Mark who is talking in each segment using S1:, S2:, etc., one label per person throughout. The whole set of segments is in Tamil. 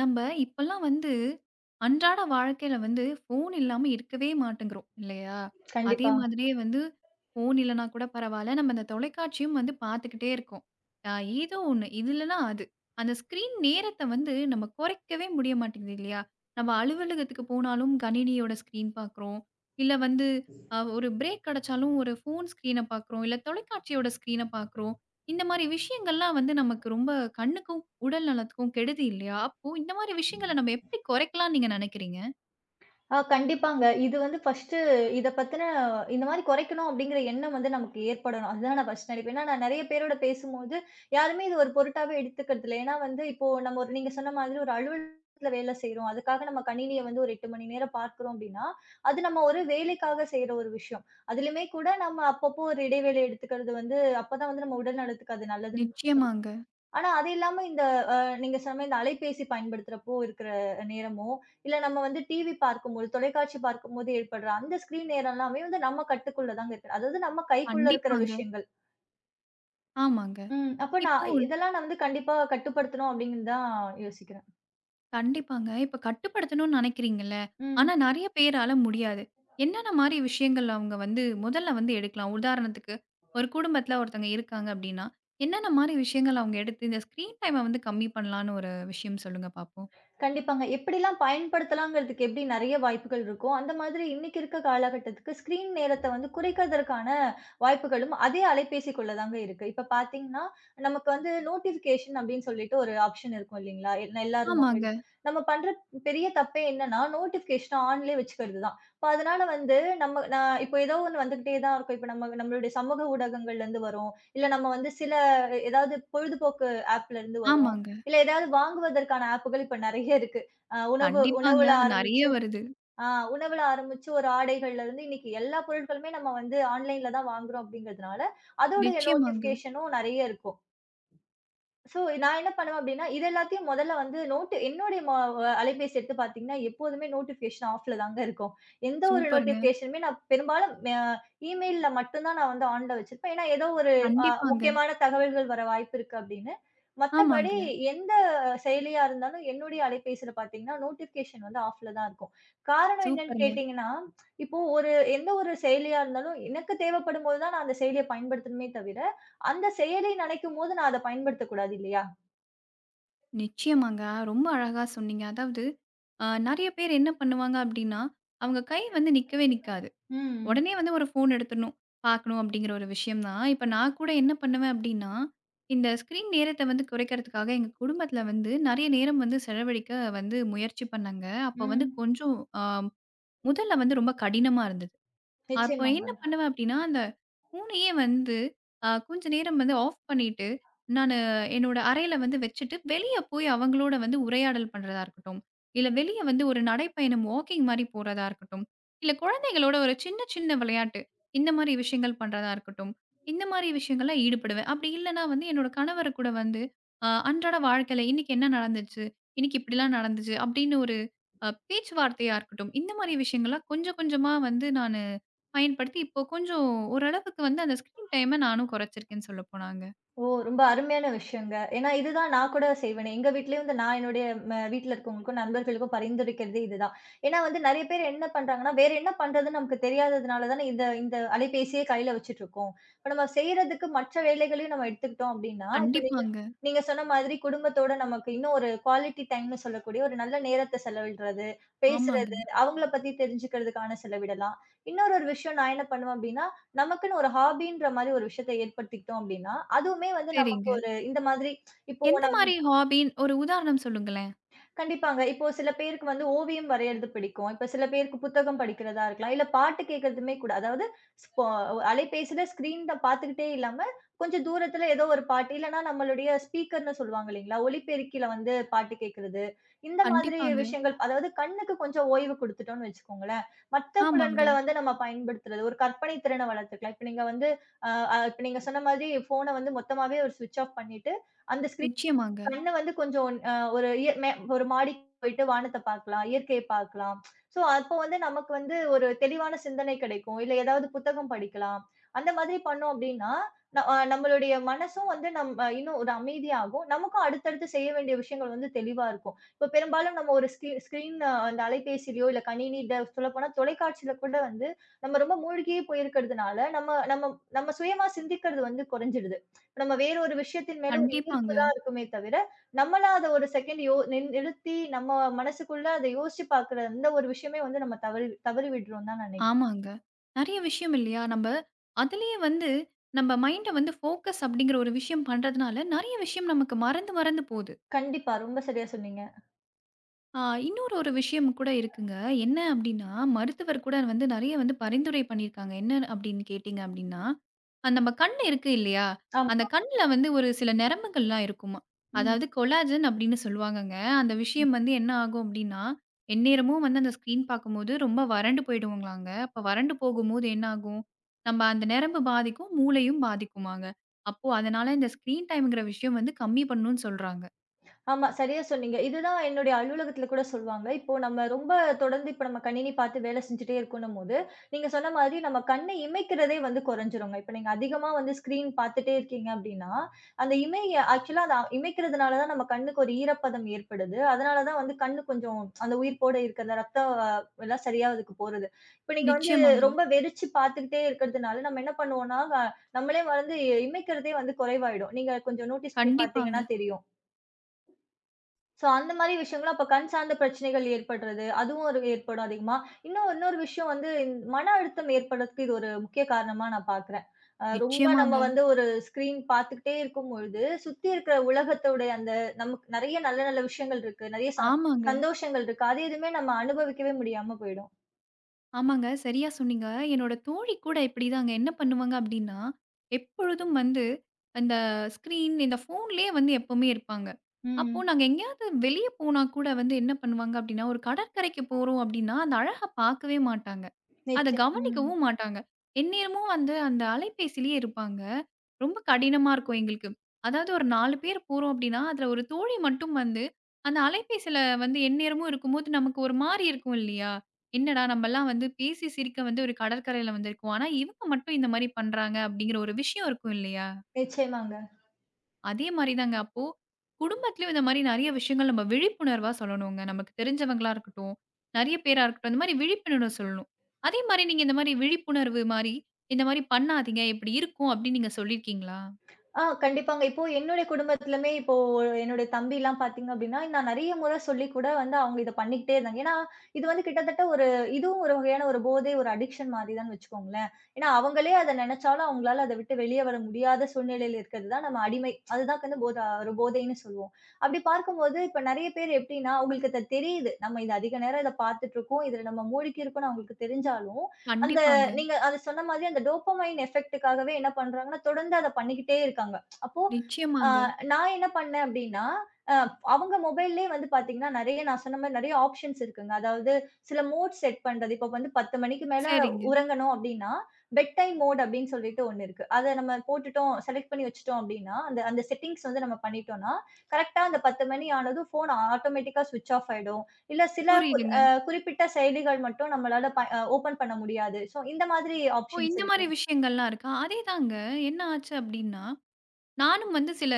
S1: நம்ம இப்பல்லாம் வந்து அன்றாட வாழ்க்கையில வந்து ஃபோன் இல்லாம இருக்கவே மாட்டேங்கிறோம் இல்லையா? அதே
S2: கண்டிப்பா.
S1: மாதிரியே வந்து ஃபோன் இல்லன்னா கூட பரவால்ல. நம்ம அந்த தொலைக்காட்சியும் வந்து பார்த்துக்கிட்டே இருக்கோம். அ ஏதோ ஒண்ணு. இது இல்லன்னா அது. அந்த ஸ்க்ரீன் நேரத்த வந்து நம்ம குறைக்கவே முடிய மாட்டேங்குது இல்லையா? நம்ம அலுவலகத்துக்கு போனாலும் கணினியோட ஸ்க்ரீன் பார்க்குறோம். இல்ல வந்து ஒரு பிரேக் கிடைச்சாலும் ஒரு ஃபோன் ஸ்க்ரீன பார்க்குறோம். இல்ல தொலைக்காட்சியோட ஸ்க்ரீன பார்க்குறோம். இந்த மாரி விஷயங்கள்லாம் வந்து நமக்கு ரொம்ப கண்ணுக்கு உடல் நலத்துக்கும் கெடுதி இல்லையா? அப்போ இந்த மாரி விஷயங்கள நம்ம எப்படி குறைக்கலாம்ன்னு நீங்க நினைக்கிறீங்க?
S2: கண்டிப்பாங்க. இது வந்து ஃபர்ஸ்ட்டு இத பத்தின இந்த மாரி குறைக்கணும் அப்படிங்கிற எண்ணம் வந்து நமக்கு ஏற்படணும். அதுதான் நான் ஃபர்ஸ்ட் நினைப்பேன். ஏன்னா, நான் நெறைய பேரோட பேசும்போது, யாருமே இது ஒரு பொருட்டாவே எடுத்துக்கிறது இல்ல. ஏன்னா வந்து இப்போ நம்ம ஒரு நீங்க சொன்ன மாதிரி ஒரு அலுவலகத்துல வேலை செய்றோம். அதுக்காக நம்ம கணினிய வந்து ஒரு 8 மணி நேரம் பார்க்கிறோம் அப்படின்னா, அது நம்ம ஒரு வேலைக்காக செய்ற ஒரு விஷயம். அதுலயுமே கூட நம்ம அப்பப்போ ஒரு இடைவேளை எடுத்துக்கிறது வந்து அப்பதான் வந்து நம்ம உடல் நலத்துக்கு அது நல்லதுன்னு
S1: நிச்சயமாங்க.
S2: ஆனா அது இல்லாம இந்த அ நீங்க சொன்ன இந்த அலைபேசி பயன்படுத்துறப்போ இருக்கிற நேரமோ, இல்ல நம்ம வந்து டிவி பார்க்கும்போது, தொலைக்காட்சி பார்க்கும்போது ஏற்படுற அந்த ஸ்க்ரீன் நேரம் எல்லாமே வந்து நம்ம கட்டுக்குள்ள தாங்க இருக்கு. அதாவது நம்ம கைக்குள்ள இருக்கிற
S1: கண்டிப்பாங்க.
S2: விஷயங்கள்.
S1: ஆமாங்க.
S2: ம். அப்ப
S1: இப்போ
S2: நான் இதெல்லாம் நான் வந்து கண்டிப்பா கட்டுப்படுத்தணும் அப்படின்னு தான் யோசிக்கிறேன்.
S1: கண்டிப்பாங்க. இப்ப கட்டுப்படுத்தணும்னு நினைக்கிறீங்கல்ல.
S2: ம்.
S1: ஆனா நெறைய பேரால முடியாது. என்னென்ன மாரி விஷயங்கள் அவங்க வந்து முதல்ல வந்து எடுக்கலாம்? உதாரணத்துக்கு ஒரு குடும்பத்தில ஒருத்தவங்க இருக்காங்க அப்படின்னா, என்னென்ன மாரி விஷயங்கள் அவங்க எடுத்து இந்த ஸ்க்ரீன் டைம வந்து கம்மி பண்ணலான்னு ஒரு விஷயம் சொல்லுங்க பாப்போம்?
S2: கண்டிப்பாங்க. எப்படிலாம் பயன்படுத்தலாங்கிறதுக்கு எப்படி நெறைய வாய்ப்புகள் இருக்கோ, அந்த மாதிரி இன்னைக்கு இருக்க காலகட்டத்துக்கு ஸ்க்ரீன் நேரத்த வந்து குறைக்கிறதற்கான வாய்ப்புகளும் அதே அலைபேசிக்குள்ள தாங்க இருக்கு. இப்ப பார்த்தீங்கன்னா, நமக்கு வந்து நோட்டிஃபிகேஷன் அப்படின்னு சொல்லிட்டு ஒரு ஆப்ஷன் இருக்கும் இல்லைங்களா? எல்லார் மொபைல்
S1: ஆமாங்க,
S2: நம்ம பண்ற பெரிய தப்பே என்னன்னா, நோட்டிஃபிகேஷன ஆன்லயே வச்சுக்கிறது தான். இப்ப அதனால வந்து நான் இப்போ ஏதோ ஒண்ணு வந்துகிட்டே தான் இருக்கும். இப்ப நம்ம நம்மளுடைய சமூக ஊடகங்கள்லேருந்து வரும். இல்ல நம்ம வந்து சில ஏதாவது பொழுதுபோக்கு ஆப்லேருந்து வரும்.
S1: ஆமாங்க.
S2: இல்ல ஏதாவது வாங்குவதற்கான ஆப்புகள் இப்ப நெறைய இருக்கு. அ உணவு
S1: கண்டிப்பாங்க.
S2: உணவுல
S1: அது நெறைய
S2: ஆரம்பிச்சு
S1: வருது.
S2: ஆ உணவுல ஆரம்பிச்சு ஒரு ஆடைகள்ல இருந்து இன்னைக்கு எல்லா பொருட்களுமே நம்ம வந்து ஆன்லைன்ல தான் வாங்குறோம் அப்படிங்கிறதுனால, அதோடைய
S1: நிச்சயமாங்க.
S2: நோட்டிஃபிகேஷனும் நெறைய இருக்கும். ஸோ, நான் என்ன பண்ணுவேன் அப்டின்னா, இது எல்லாத்தையும் மொதல்ல வந்து நோட் என்னுடைய மொ அலைபேசி எடுத்து பார்த்தீங்கன்னா, எப்போதுமே நோட்டிஃபிகேஷன் ஆஃப்ல தாங்க இருக்கும். எந்த ஒரு
S1: சூப்பருங்க.
S2: நோட்டிஃபிகேஷனுமே நான் பெரும்பாலும் இமெயில்ல மட்டும் தான் நான் வந்து ஆன்ல வச்சிருப்பேன். ஏன்னா, ஏதோ ஒரு
S1: கண்டிப்பாங்க.
S2: முக்கியமான தகவல்கள் வர வாய்ப்பு இருக்கு அப்டின்னு. மத்தபடி
S1: ஆமாங்க.
S2: எந்த செயலியா இருந்தாலும் என்னுடைய அலைபேசியில பார்த்தீங்கன்னா, நோட்டிஃபிகேஷன் வந்து ஆஃப்ல தான் இருக்கும். காரணம் என்னன்னு
S1: சூப்பருங்க.
S2: கேட்டீங்கன்னா, இப்போ ஒரு எந்த ஒரு செயலியா இருந்தாலும் எனக்கு தேவைப்படும்போது தான் நான் அந்த செயலிய பயன்படுத்தணுமே தவிர, அந்த செயலை நினைக்கும்போது நான் அத பயன்படுத்தக்கூடாது இல்லையா?
S1: நிச்சயமாங்க. ரொம்ப அழகா சொன்னீங்க. அதாவது நெறைய பேர் என்ன பண்ணுவாங்க அப்டின்னா, அவங்க கை வந்து நிக்கவே நிக்காது.
S2: ம்.
S1: உடனே வந்து ஒரு ஃபோன் எடுத்துடணும், பார்க்கணும் அப்படிங்கிற ஒரு விஷயம் தான். இப்ப நான் கூட என்ன பண்ணுவேன் அப்டின்னா, இந்த ஸ்க்ரீன் நேரத்த வந்து குறைக்கிறதுக்காக எங்க குடும்பத்தில வந்து நெறைய நேரம் வந்து செலவழிக்க வந்து முயற்சி பண்ணேங்க. அப்ப வந்து
S2: ம்.
S1: கொஞ்சம் அ முதல்ல வந்து ரொம்ப கடினமா இருந்தது. அப்போ
S2: நிச்சயமாங்க.
S1: என்ன பண்ணுவேன் அப்டின்னா, அந்த பூனையே வந்து கொஞ்ச நேரம் வந்து ஆஃப் பண்ணிட்டு, நானு என்னோட அறையில வந்து வச்சுட்டு, வெளிய போய் அவங்களோட வந்து உரையாடல் பண்றதா இருக்கட்டும், இல்ல வெளிய வந்து ஒரு நடைப்பயணம் வாக்கிங் மாரி போறதா இருக்கட்டும், இல்ல குழந்தைகளோட ஒரு சின்ன சின்ன விளையாட்டு, இந்த மாரி விஷயங்கள் பண்றதா இருக்கட்டும், இந்த மாரி விஷயங்கள்ல ஈடுபடுவேன். அப்படி இல்லன்னா வந்து என்னோட கணவர் கூட வந்து அன்றாட வாழ்க்கையில இன்னைக்கு என்ன நடந்துச்சு? இன்னைக்கு இப்படிலாம் நடந்துச்சு. அப்படின்னு ஒரு பேச்சுவார்த்தையா இருக்கட்டும், இந்த மாரி விஷயங்கள்லாம் கொஞ்சம் கொஞ்சமா வந்து நானு பயன்படுத்தி இப்போ கொஞ்சம் ஓரளவுக்கு வந்து அந்த ஸ்க்ரீன் டைம நானும் குறைச்சிருக்கேன்னு சொல்லப்போனாங்க.
S2: ஓ! ரொம்ப அருமையான விஷயங்க. ஏன்னா, இதுதான் நான் கூட செய்வேனே. எங்க வீட்லயும் வந்து நான் என்னுடைய வீட்ல இருக்கவங்களுக்கும், நண்பர்களுக்கும் பரிந்துரைக்கிறதே இதுதான். ஏன்னா வந்து நெறைய பேர் என்ன பண்றாங்கன்னா, வேற என்ன பண்றதுன்னு நமக்கு தெரியாததுனால தானே இந்த இந்த அலைபேசியே கையில வச்சுட்டுருக்கோம். இப்ப நம்ம செய்றதுக்கு மற்ற வேலைகளையும் நம்ம எடுத்துக்கிட்டோம் அப்டின்னா, இப்ப நீங்க
S1: கண்டிப்பாங்க.
S2: நீங்க சொன்ன மாதிரி குடும்பத்தோட நமக்கு இன்னும் ஒரு குவாலிட்டி டைம்னு சொல்லக்கூடிய ஒரு நல்ல நேரத்த செலவிடுறது,
S1: ஆமாங்க.
S2: பேசுறது, அவங்கள பத்தி தெரிஞ்சுக்கிறதுக்கான செலவிடலாம். இன்னொரு ஒரு விஷயம் நான் என்ன பண்ணுவேன் அப்டின்னா, நமக்குன்னு ஒரு ஹாபின்ற மாரி ஒரு விஷயத்த ஏற்படுத்திக்கிட்டோம் அப்டின்னா, அதுவுமே வந்து நமக்கு
S1: சரிங்க.
S2: ஒரு இந்த மாதிரி இப்போ
S1: எந்த மாரி ஹாபின்னு ஒரு உதாரணம் சொல்லுங்களேன்?
S2: கண்டிப்பாங்க. இப்போ சில பேருக்கு வந்து ஓவியம் வரையறது பிடிக்கும். இப்ப சில பேருக்கு புத்தகம் படிக்கிறதா இருக்கலாம். இல்ல பாட்டு கேட்கறதுமே கூட. அதாவது ஸ்பா அலைபேசியில ஸ்க்ரீன் த பார்த்துக்கிட்டே இல்லாம, கொஞ்சம் தூரத்துல ஏதோ ஒரு பாட்டு, இல்லன்னா நம்மளுடைய ஸ்பீக்கர்ன்னு சொல்லுவாங்க இல்லைங்களா? ஒலிபெருக்கில வந்து பாட்டு கேட்கிறது. இந்த மாதிரி
S1: கண்டிப்பாங்க.
S2: விஷயங்கள் அதாவது கண்ணுக்கு கொஞ்சம் ஓய்வு குடுத்துட்டோம்னு வச்சுக்கோங்களேன். மத்த
S1: ஆமாங்க.
S2: புலன்கள வந்து நம்ம பயன்படுத்துறது, ஒரு கற்பனை திறன வளர்த்துக்கலாம். இப்ப நீங்க வந்து அ அ இப்ப நீங்க சொன்ன மாதிரி ஃபோன வந்து மொத்தமாவே ஒரு ஸ்விட்ச் ஆஃப் பண்ணிட்டு, அந்த ஸ்க்ரீன்
S1: நிச்சயமாங்க.
S2: கண்ண வந்து கொஞ்சம் அ ஒரு இய மே ஒரு மாடிக்கு போயிட்டு வானத்த பார்க்கலாம், இயற்கைய பார்க்கலாம். ஸோ அப்போ வந்து நமக்கு வந்து ஒரு தெளிவான சிந்தனை கிடைக்கும். இல்ல ஏதாவது புத்தகம் படிக்கலாம். அந்த மாதிரி பண்ணோம் அப்டின்னா, ந அ நம்மளுடைய மனசும் வந்து இன்னும் ஒரு அமைதியாகும். நமக்கும் அடுத்தடுத்து செய்ய வேண்டிய விஷயங்கள் வந்து தெளிவா இருக்கும். இப்ப பெரும்பாலும் நம்ம ஒரு ஸ்க்ரீன் அந்த அலைபேசியிலயோ, இல்ல கணினில சொல்லப்போனா தொலைக்காட்சியில கூட வந்து நம்ம ரொம்ப மூழ்கியே போயிருக்கிறதுனால, நம்ம நம்ம நம்ம சுயமா சிந்திக்கிறது வந்து குறைஞ்சிடுது. நம்ம வேற ஒரு விஷயத்தின் மேல ஒரு ஈர்ப்பு
S1: கண்டிப்பாங்க.
S2: தான் இருக்குமே தவிர, நம்மளா அத ஒரு செகண்ட் யோ நின் நிறுத்தி, நம்ம மனசுக்குள்ள அத யோசிச்சு பாக்குற அந்த ஒரு விஷயமே வந்து நம்ம தவறி தவறி விடுறோம்னு தான் நான் நினைக்கிறேன்.
S1: ஆமாங்க. நெறைய விஷயம் இல்லையா? நம்ப அதிலேயே வந்து, நம்ப மைண்ட வந்து ஃபோக்கஸ் அப்படிங்கிற ஒரு விஷயம் பண்றதுனால, நெறைய விஷயம் நமக்கு மறந்து மறந்து போது.
S2: கண்டிப்பா. ரொம்ப சரியா சொன்னீங்க.
S1: ஆ இன்னொரு ஒரு விஷயம் கூட இருக்குங்க. என்ன அப்டின்னா, மருத்துவர் கூட வந்து நெறைய வந்து பரிந்துரை பண்ணியிருக்காங்க. என்ன அப்டின்னு கேட்டீங்க அப்டின்னா, அந்த நம்ம கண் இருக்கு இல்லையா? அந்த கண்ல வந்து ஒரு சில நரம்புகள்லாம் இருக்குமா.
S2: ஆமா.
S1: அதாவது கொலாஜன் அப்டின்னு சொல்லுவாங்கங்க. அந்த விஷயம் வந்து என்ன ஆகும் அப்டின்னா, எந்நேரமும் வந்து அந்த ஸ்க்ரீன் பார்க்கும்போது ரொம்ப வறண்டு போயிடுவோங்களாங்க. அப்ப வறண்டு போகும்போது என்ன ஆகும்? நம்ம அந்த நரம்பு பாதிக்கும், மூளையும் பாதிக்குமாங்க. அப்போ அதனால இந்த ஸ்க்ரீன் டைம்ங்கிற விஷயம் வந்து கம்மி பண்ணணும்னு சொல்றாங்க.
S2: ஆமா, சரியா சொன்னீங்க. இதுதான் என்னுடைய அலுவலகத்தில கூட சொல்வாங்க. இப்போ நம்ம ரொம்ப தொடர்ந்து இப்ப நம்ம கணினி பார்த்து வேலை செஞ்சுட்டே இருக்கணும்போது, நீங்க சொன்ன மாதிரி நம்ம கண்ண இமைக்கிறதே வந்து குறைஞ்சிருங்க. இப்ப நீங்க அதிகமா வந்து ஸ்க்ரீன் பார்த்துட்டே இருக்கீங்க அப்படின்னா, அந்த இமை ஆக்சுவலா அத இமைக்கிறதுனால தான் நம்ம கண்ணுக்கு ஒரு ஈரப்பதம் ஏற்படுது. அதனால தான் வந்து கண்ணு கொஞ்சம் அந்த உயிர்ப்போட இருக்கிறது, ரத்தம் எல்லாம் சரியா அதுக்கு போறது. இப்ப நீங்க வந்து
S1: நிச்சயமாங்க.
S2: ரொம்ப வெறிச்சு பார்த்துக்கிட்டே இருக்கிறதுனால, நம்ம என்ன பண்ணுவோம்னா, நம்மளே மறந்து இமைக்கிறதே வந்து குறைவாயிடும். நீங்க கொஞ்சம் நோட்டீஸ் பண்ணி
S1: கண்டிப்பாங்க.
S2: பார்த்தீங்கன்னா தெரியும். சோ, அந்த மாரி விஷயங்களும் அப்ப கண் சார்ந்த பிரச்சனைகள் ஏற்படுறது, அதுவும் ஒரு ஏற்படும் அதிகமா. இன்னும் இன்னொரு விஷயம் வந்து இந்த மன அழுத்தம் ஏற்படுறதுக்கு இது ஒரு முக்கிய காரணமா நான் பார்க்குறேன். ரொம்ப நம்ம
S1: நிச்சயமாங்க.
S2: வந்து ஒரு ஸ்க்ரீன் பார்த்துக்கிட்டே இருக்கும்பொழுது, சுத்தி இருக்கிற உலகத்தோடைய அந்த நமக்கு நெறைய நல்ல நல்ல விஷயங்கள் இருக்கு. நெறைய
S1: ஆமாங்க,
S2: சந்தோஷங்கள் இருக்கு. அது எதுவுமே நம்ம அனுபவிக்கவே முடியாம போயிடும்.
S1: ஆமாங்க. சரியா சொன்னீங்க. என்னோட தோழி கூட இப்படிதாங்க. என்ன பண்ணுவாங்க அப்படின்னா, எப்பொழுதும் வந்து அந்த ஸ்க்ரீன், இந்த ஃபோன்லயே வந்து எப்பவுமே இருப்பாங்க. அப்போ
S2: ம்.
S1: நாங்க எங்கேயாவது வெளிய போனா கூட வந்து என்ன பண்ணுவாங்க அப்படின்னா, ஒரு கடற்கரைக்கு போறோம் அப்படின்னா, அந்த அழக பார்க்கவே மாட்டாங்க. அத
S2: நிச்சய ம்.
S1: கவனிக்கவும் மாட்டாங்க. எந்நேரமும் வந்து அந்த அலைபேசியிலேயே இருப்பாங்க. ரொம்ப கடினமா இருக்கும் எங்களுக்கு. அதாவது ஒரு 4 பேர் போறோம் அப்டின்னா, அதுல ஒரு தோழி மட்டும் வந்து, அந்த அலைபேசியில வந்து எந்நேரமும் இருக்கும்போது நமக்கு ஒரு மாரி இருக்கும் இல்லையா? என்னடா நம்மலாம் வந்து பேசி சிரிக்க வந்து ஒரு கடற்கரையில வந்திருக்கோம். ஆனா இவங்க மட்டும் இந்த மாரி பண்றாங்க அப்டிங்கிற ஒரு விஷயம் இருக்கும் இல்லையா?
S2: நிச்சயமாங்க.
S1: அதே மாரி தாங்க. அப்போ குடும்பத்திலயும் இந்த மாரி நெறைய விஷயங்கள் நம்ம விழிப்புணர்வா சொல்லணுங்க. நமக்கு தெரிஞ்சவங்களா இருக்கட்டும், நெறைய பேரா இருக்கட்டும். இந்த மாரி விழிப்புணர்வு சொல்லணும். அதே மாரி நீங்க இந்த மாரி விழிப்புணர்வு மாரி, இந்த மாரி பண்ணாதீங்க. இப்படி இருக்கும் அப்படின்னு நீங்க சொல்லியிருக்கீங்களா?
S2: கண்டிப்பாங்க. இப்போ என்னுடைய குடும்பத்திலுமே இப்போ என்னுடைய தம்பிலாம் பார்த்தீங்க அப்டின்னா, நான் நெறைய முறை சொல்லிக் கூட வந்து அவங்க இத பண்ணிக்கிட்டே இருந்தாங்க. ஏன்னா, இது வந்து கிட்டத்தட்ட ஒரு இதுவும் ஒரு வகையான ஒரு போதை, ஒரு அடிக்ஷன் மாதிரி தான் வச்சுக்கோங்களேன். ஏன்னா, அவங்களே அத நெனச்சாலும் அவங்களால அத விட்டு வெளிய வர முடியாத சூழ்நிலையில இருக்கிறது தான் நம்ம அடிமை. அதுதான் வந்து ஒரு போதைன்னு சொல்லுவோம். அப்டி பார்க்கும்போது இப்ப நெறைய பேர் எப்டின்னா, அவங்களுக்கு அது தெரியுது. நம்ம இது அதிக நேரம் இத பார்த்துட்டுருக்கோம். இதுல நம்ம மூழ்கியிருக்கோம்னு அவங்களுக்கு தெரிஞ்சாலும், அந்த
S1: கண்டிப்பாங்க.
S2: நீங்க அது சொன்ன மாதிரி அந்த டோபமைன் எஃபெக்ட்டுக்காகவே என்ன பண்றாங்கன்னா, தொடர்ந்து அத பண்ணிக்கிட்டே இருக்காங்க. அப்போ ஆ
S1: நிச்சயமாங்க.
S2: நான் என்ன பண்ணேன் அப்டின்னா, அ அவங்க மொபைல்லயே வந்து பார்த்தீங்கன்னா, நெறைய நான் சொன்ன மாரி நெறைய ஆப்ஷன்ஸ் இருக்குங்க. அதாவது சில மோட் செட் பண்றது. இப்போ வந்து 10 மணிக்கு மேல
S1: சரிங்க.
S2: உறங்கணும் அப்டின்னா, பெட் டைம் மோட் அப்டின்னு சொல்லிட்டு ஒண்ணு இருக்கு. அத நம்ம போட்டுட்டோம், செலக்ட் பண்ணி வச்சுட்டோம் அப்டின்னா, அந்த அந்த செட்டிங்ஸ் வந்து நம்ம பண்ணிட்டோம்னா, கரெக்ட்டா அந்த 10 மணி ஆனதும் ஃபோன் ஆட்டோமேட்டிக்கா ஸ்விட்ச் ஆஃப் ஆயிடும். இல்ல சில கு
S1: புரியுதுங்க.
S2: அ குறிப்பிட்ட செயலிகள் மட்டும் நம்மளால ப அ ஓப்பன் பண்ண முடியாது. ஸோ இந்த மாதிரி
S1: ஓ!
S2: ஆப்ஷன்ஸ்
S1: இந்த
S2: இருக்கு.
S1: மாரி விஷயங்கள்லாம் இருக்கா? அதேதாங்க. என்ன ஆச்சு அப்படின்னா, நானும் வந்து சில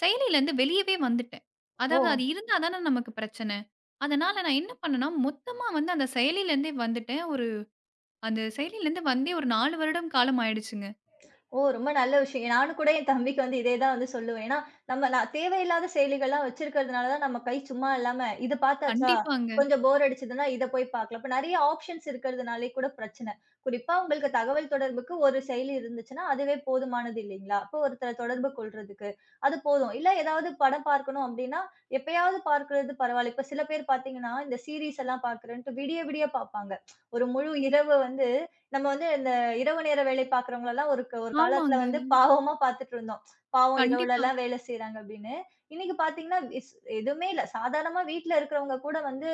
S1: செயலிலருந்து வெளியவே வந்துட்டேன்.
S2: ஓ!
S1: அதாவது அது இருந்தா தானே நமக்கு பிரச்சனை. அதனால நான் என்ன பண்ணேன்னா, மொத்தமா வந்து அந்த செயலிலருந்தே வந்துட்டேன். ஒரு அந்த செயலிலருந்து வந்தே ஒரு 4 வருடம் காலம் ஆயிடுச்சுங்க.
S2: ஓ! ரொம்ப நல்ல விஷயம். நானும் கூட என் தம்பிக்கு வந்து இதே தான் வந்து சொல்லுவேன். ஏன்னா, நான் தேவையில்லாத செயலிகள்லாம் வச்சிருக்கிறதுனால தான் நம்ம கை சும்மா இல்லாம, இது பார்த்தாச்சா,
S1: கண்டிப்பாங்க.
S2: கொஞ்சம் போர் அடிச்சதுன்னா இத போய் பார்க்கலாம். இப்ப நெறைய ஆப்ஷன்ஸ் இருக்கிறதுனாலே கூட பிரச்சனை. குறிப்பா உங்களுக்கு தகவல் தொடர்புக்கு ஒரு செயலி இருந்துச்சுன்னா, அதுவே போதுமானது இல்லைங்களா? அப்போ ஒருத்தர தொடர்பு கொள்றதுக்கு. அது போதும். இல்ல ஏதாவது படம் பார்க்கணும் அப்படின்னா, எப்பயாவது பார்க்கிறது பரவாயில்ல. இப்ப சில பேர் பார்த்தீங்கன்னா, இந்த சீரிஸ் எல்லாம் பார்க்குறேன்ட்டு விடிய விடிய பார்ப்பாங்க. ஒரு முழு இரவு வந்து நம்ம வந்து இந்த இரவு நேர வேலை பார்க்கிறவங்களலாம் ஒரு ஒரு காலத்துல
S1: ஆமாங்க.
S2: வந்து பாவமா பார்த்துட்டு இருந்தோம். பாவம்
S1: கண்டிப்பா.
S2: இரவுலலாம் வேலை செய்றாங்க அப்படின்னு. இன்னைக்கு பார்த்தீங்கன்னா, எதுவுமே இல்ல. சாதாரணமா வீட்ல இருக்கிறவங்க கூட வந்து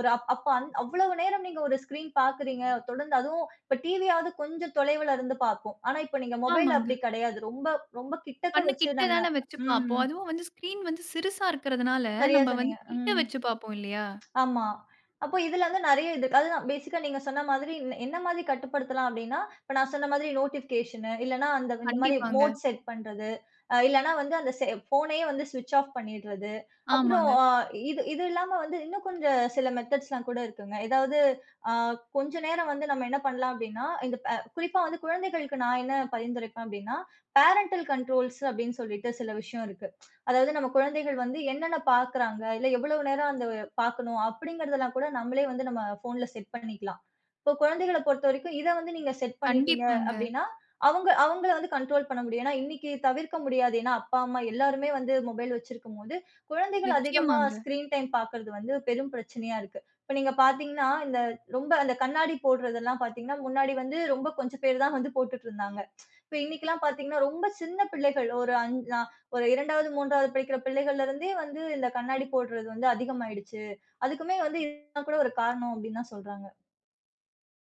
S2: ஒரு அப் அப்ப அந் அவ்வளவு நேரம் நீங்க ஒரு ஸ்க்ரீன் பார்க்குறீங்க. தொடர்ந்து அதுவும் இப்ப டிவியாவது கொஞ்சம் தொலைவுல இருந்து பார்ப்போம். ஆனா இப்ப நீங்க மொபைல்
S1: ஆமாங்க.
S2: அப்படி கிடையாது. ரொம்ப ரொம்ப கிட்டக்க
S1: கண்ணு
S2: வச்சு
S1: கிட்ட
S2: நம்ம
S1: தான வச்சு பார்ப்போம்.
S2: ம்.
S1: அதுவும் வந்து ஸ்க்ரீன் வந்து சிறுசா இருக்கிறதுனால,
S2: சரியா
S1: நம்ம
S2: சொன்னீங்க.
S1: வந்து கிட்ட
S2: ம்.
S1: வச்சு பார்ப்போம் இல்லையா?
S2: ஆமா. அப்போ இதுல வந்து நெறைய இது அதுதான் பேசிக்கா நீங்க சொன்ன மாதிரி என்ன என்ன மாதிரி கட்டுப்படுத்தலாம் அப்டின்னா, இப்ப நான் சொன்ன மாதிரி நோட்டிஃபிகேஷனு இல்லன்னா அந்த இந்த மாதிரி
S1: கண்டிப்பாங்க.
S2: மோட் செட் பண்றது. இல்லன்னா வந்து அந்த ஃபோனயே வந்து ஸ்விட்ச் ஆஃப் பண்ணிடுறது. அப்புறம்
S1: ஆமாங்க.
S2: இது இது இல்லாம வந்து இன்னும் கொஞ்சம் சில மெத்தட்ஸ்லாம் கூட இருக்குங்க. ஏதாவது அ கொஞ்ச நேரம் வந்து நம்ம என்ன பண்ணலாம் அப்டின்னா, இந்த குறிப்பா வந்து குழந்தைகளுக்கு நான் என்ன பரிந்துரைப்பேன் அப்டின்னா, பேரன்டல் கண்ட்ரோல்ஸ் அப்டின்னு சொல்லிட்டு சில விஷயம் இருக்கு. அதாவது நம்ம குழந்தைகள் வந்து என்னென்ன பார்க்குறாங்க, இல்ல எவ்வளவு நேரம் அந்த பார்க்கணும் அப்படிங்கிறதெல்லாம் கூட நம்மளே வந்து நம்ம ஃபோன்ல செட் பண்ணிக்கலாம். இப்போ குழந்தைகள பொறுத்தவரைக்கும் இத வந்து நீங்க செட் பண்ணிட்டீங்க
S1: கண்டிப்பாங்க.
S2: அப்படின்னா, அவங்கள வந்து கண்ட்ரோல் பண்ண முடியும். ஏன்னா இன்னைக்கு தவிர்க்க முடியாது. ஏன்னா அப்பா, அம்மா எல்லாருமே வந்து மொபைல் வச்சிருக்கும்போது, குழந்தைகள் அதிகமா
S1: நிச்சயமாங்க.
S2: ஸ்க்ரீன் டைம் பார்க்கறது வந்து பெரும் பிரச்சனையா இருக்கு. இப்ப நீங்க பார்த்தீங்கன்னா, இந்த ரொம்ப அந்த கண்ணாடி போடுறதெல்லாம் பார்த்தீங்கன்னா, முன்னாடி வந்து ரொம்ப கொஞ்சம் பேர் தான் வந்து போட்டுட்டு இருந்தாங்க. இப்ப இன்னைக்கெல்லாம் பார்த்தீங்கன்னா, ரொம்ப சின்ன பிள்ளைகள் ஒரு ஒரு 2வது, 3வது படிக்கிற பிள்ளைகள்ல இருந்தே வந்து இந்த கண்ணாடி போடுறது வந்து அதிகமாயிடுச்சு. அதுக்குமே வந்து இதுதான் கூட ஒரு காரணம் அப்டின்னு தான் சொல்றாங்க.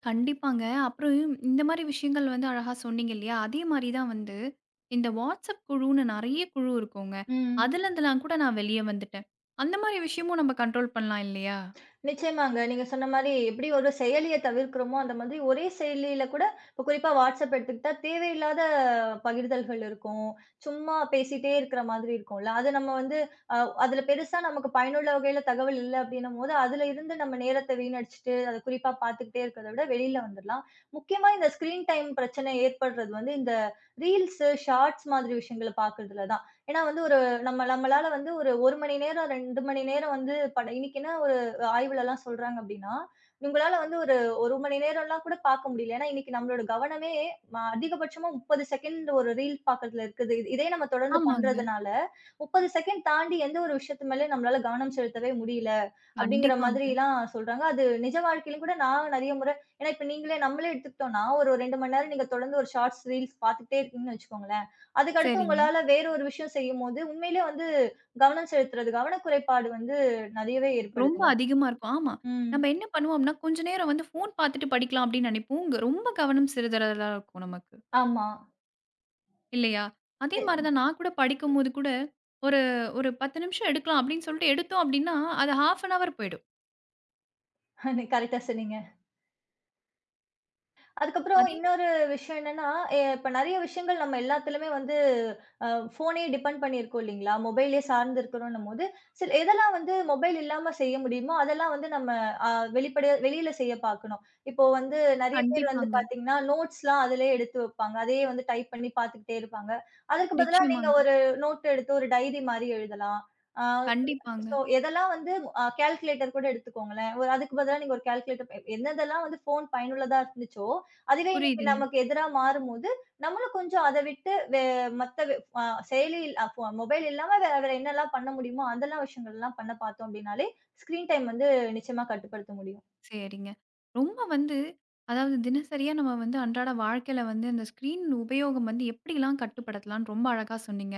S1: கண்டிப்பாங்க. அப்புறம் இந்த மாரி விஷயங்கள் வந்து அழகா சொன்னீங்க இல்லையா? அதே மாரி தான் வந்து இந்த WhatsApp குழுன்னு நெறைய குழு இருக்குங்க.
S2: ம்.
S1: அதுலருந்துலாம் கூட நான் வெளிய வந்துட்டேன். அந்த மாரி விஷயமும் நம்ம கண்ட்ரோல் பண்ணலாம் இல்லையா?
S2: நிச்சயமாங்க. நீங்க சொன்ன மாரி எப்படி ஒரு செயலிய தவிர்க்கிறோமோ, அந்த மாதிரி ஒரே செயலியில கூட இப்போ குறிப்பா WhatsApp எடுத்துக்கிட்டா, தேவையில்லாத பகிர்தல்கள் இருக்கும். சும்மா பேசிட்டே இருக்கிற மாதிரி இருக்கும்ல. அது நம்ம வந்து அ அதில பெருசா நமக்கு பயனுள்ள வகையில தகவல் இல்ல அப்படின்னும்போது, அதில இருந்து நம்ம நேரத்த வீணடிச்சுட்டு, அத குறிப்பா பார்த்துக்கிட்டே இருக்கிறத விட வெளியில வந்துடலாம். முக்கியமா இந்த ஸ்க்ரீன் டைம் பிரச்சனை ஏற்படுறது வந்து இந்த ரீல்ஸு, ஷார்ட்ஸ் மாதிரி விஷயங்கள பார்க்கறதுல தான். ஏன்னா வந்து ஒரு நம்ம நம்மளால வந்து ஒரு 1 மணி நேரம், 2 மணி நேரம் வந்து பட இன்னைக்குன்னா ஒரு ஆய்வுலலாம் சொல்றாங்க அப்படின்னா, உங்களால வந்து ஒரு 1 மணி நேரம்லாம் கூட பார்க்க முடியல. ஏன்னா, இன்னைக்கு நம்மளோட கவனமே அதிகபட்சமா 30 செகண்ட் ஒரு ரீல் பார்க்கறதுல இருக்குது. இதே நம்ம தொடர்ந்து
S1: ஆமாங்க.
S2: பண்றதுனால, 30 செகண்ட் தாண்டி எந்த ஒரு விஷயத்து மேலயும் நம்மளால கவனம் செலுத்தவே முடியல, அப்படிங்கிற
S1: கண்டிப்பாங்க.
S2: மாதிரிலாம் சொல்றாங்க. அது நிஜ வாழ்க்கையிலும் கூட நான் நெறைய முறை ஏன்னா இப்ப நீங்களே நம்மளே எடுத்துக்கிட்டோம்னா, ஒரு 2 மணி நேரம் நீங்க தொடர்ந்து ஒரு ஷார்ட்ஸ், ரீல்ஸ் பார்த்துட்டே இருக்கீங்கன்னு வச்சுக்கோங்களேன். அதுக்கடுத்து
S1: சரிங்க.
S2: உங்களால வேற ஒரு விஷயம் செய்யும்போது, உண்மையிலேயே வந்து கவனம் செலுத்துறது கவனக்குறைபாடு வந்து நெறையவே
S1: ரொம்ப
S2: ஏற்படுதுங்க.
S1: அதிகமா இருக்கும். ஆமா.
S2: ம்.
S1: நம்ம என்ன பண்ணுவோம்னா, கொஞ்ச நேரம் வந்து ஃபோன் பார்த்துட்டு படிக்கலாம் அப்படின்னு நினைப்போம். இங்க ரொம்ப கவனம் சிதறலா இருக்கும் நமக்கு.
S2: ஆமா.
S1: இல்லையா? அதே மாரி தான் நான் கூட படிக்கும்போது கூட, ஒரு ஒரு 10 நிமிஷம் எடுக்கலாம் அப்படின்னு சொல்லிட்டு எடுத்தோம் அப்படின்னா, அது 1/2 அன் ஹவர் போயிடும்.
S2: அது கரெக்ட்டா சொன்னீங்க. அதுக்கப்புறம்
S1: அதே
S2: இன்னொரு விஷயம் என்னன்னா, இப்ப நெறைய விஷயங்கள் நம்ம எல்லாத்துலயுமே வந்து அ ஃபோனையே டிபெண்ட் பண்ணியிருக்கோம் இல்லீங்களா? மொபைலே சார்ந்து இருக்கிறோன்னும்போது, சில எதெல்லாம் வந்து மொபைல் இல்லாம செய்ய முடியுமோ, அதெல்லாம் வந்து நம்ம அ வெளிப்படையா வெளியில செய்ய பார்க்கணும். இப்போ வந்து நெறைய பேர் வந்து
S1: கண்டிப்பாங்க.
S2: பார்த்தீங்கன்னா, நோட்ஸ்லாம் அதிலேயே எடுத்து வைப்பாங்க. அதையே வந்து டைப் பண்ணி பார்த்துக்கிட்டே இருப்பாங்க. அதற்கு பதிலா நீங்க
S1: நிச்சயமாங்க.
S2: ஒரு நோட் எடுத்து ஒரு டைரி மாரி எழுதலாம். அ
S1: கண்டிப்பாங்க.
S2: சோ, எதெல்லாம் வந்து கால்குலேட்டர் கூட எடுத்துக்கோங்களேன். ஒரு அதுக்கு பதிலா நீங்க ஒரு கால்குலேட்டர் என்னதெல்லாம் வந்து ஃபோன் பயனுள்ளதா இருந்துச்சோ, அதுவே இன்னைக்கு
S1: புரியுதுங்க.
S2: நமக்கு எதிரா மாறும்போது, நம்மளும் கொஞ்சம் அத விட்டு வே மத்த வே அ செயலி அ ஃபோ மொபைல் இல்லாம வேற வேற என்னெல்லாம் பண்ண முடியுமோ, அதெல்லாம் விஷயங்கள்லாம் பண்ண பார்த்தோம் அப்படின்னாலே, ஸ்க்ரீன் டைம் வந்து நிச்சயமா கட்டுப்படுத்த முடியும்.
S1: சரிங்க. ரொம்ப வந்து அதாவது தினசரியா நம்ம வந்து அன்றாட வாழ்க்கையில வந்து அந்த ஸ்க்ரீன் உபயோகம் வந்து எப்படிலாம் கட்டுப்படுத்தலாம்ன்னு ரொம்ப அழகா சொன்னீங்க.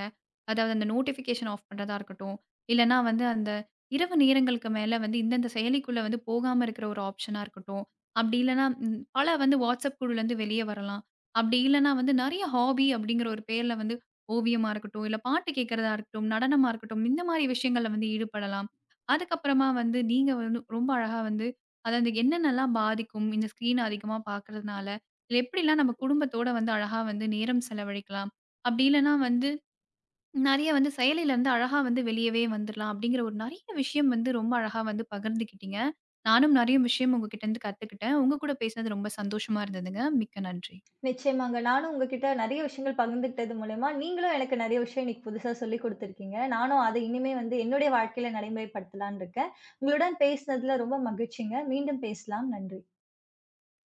S1: அதாவது அந்த நோட்டிஃபிகேஷன் ஆஃப் பண்றதா இருக்கட்டும், இல்லன்னா வந்து அந்த இரவு நேரங்களுக்கு மேல வந்து இந்தந்த செயலிக்குள்ள வந்து போகாம இருக்கிற ஒரு ஆப்ஷனா இருக்கட்டும். அப்படி இல்லன்னா ம் பல வந்து WhatsApp குழுலேருந்து வெளிய வரலாம். அப்படி இல்லன்னா வந்து நெறைய ஹாபி அப்படிங்கிற ஒரு பேர்ல வந்து ஓவியமா இருக்கட்டும், இல்ல பாட்டு கேட்கிறதா இருக்கட்டும், நடனமா இருக்கட்டும், இந்த மாரி விஷயங்கள்ல வந்து ஈடுபடலாம். அதுக்கப்புறமா வந்து நீங்க வந்து ரொம்ப அழகா வந்து அதாவது என்னென்னலாம் பாதிக்கும்? இந்த ஸ்க்ரீன் அதிகமா பார்க்கறதுனால, இல்ல எப்படிலாம் நம்ம குடும்பத்தோட வந்து அழகா வந்து நேரம் செலவழிக்கலாம்? அப்படி இல்லன்னா வந்து நெறைய வந்து செயலிலருந்து அழகா வந்து வெளியவே வந்துரலாம் அப்படிங்கிற ஒரு நெறைய விஷயம் வந்து ரொம்ப அழகா வந்து பகிர்ந்துக்கிட்டீங்க. நானும் நெறைய விஷயம் உங்ககிட்டருந்து கத்துக்கிட்டேன். உங்க கூட பேசினது ரொம்ப சந்தோஷமா இருந்ததுங்க. மிக்க நன்றி.
S2: நிச்சயமாங்க. நானும் உங்ககிட்ட நெறைய விஷயங்கள் பகிர்ந்துக்கிட்டது மூலியமா, நீங்களும் எனக்கு நெறைய விஷயம் இன்னைக்கு புதுசா சொல்லிக் குடுத்திருக்கீங்க. நானும் அத இனிமே வந்து என்னுடைய வாழ்க்கையில நடைமுறைப்படுத்தலான்னு இருக்கேன். உங்களுடன் பேசினதுல ரொம்ப மகிழ்ச்சிங்க. மீண்டும் பேசலாம். நன்றி.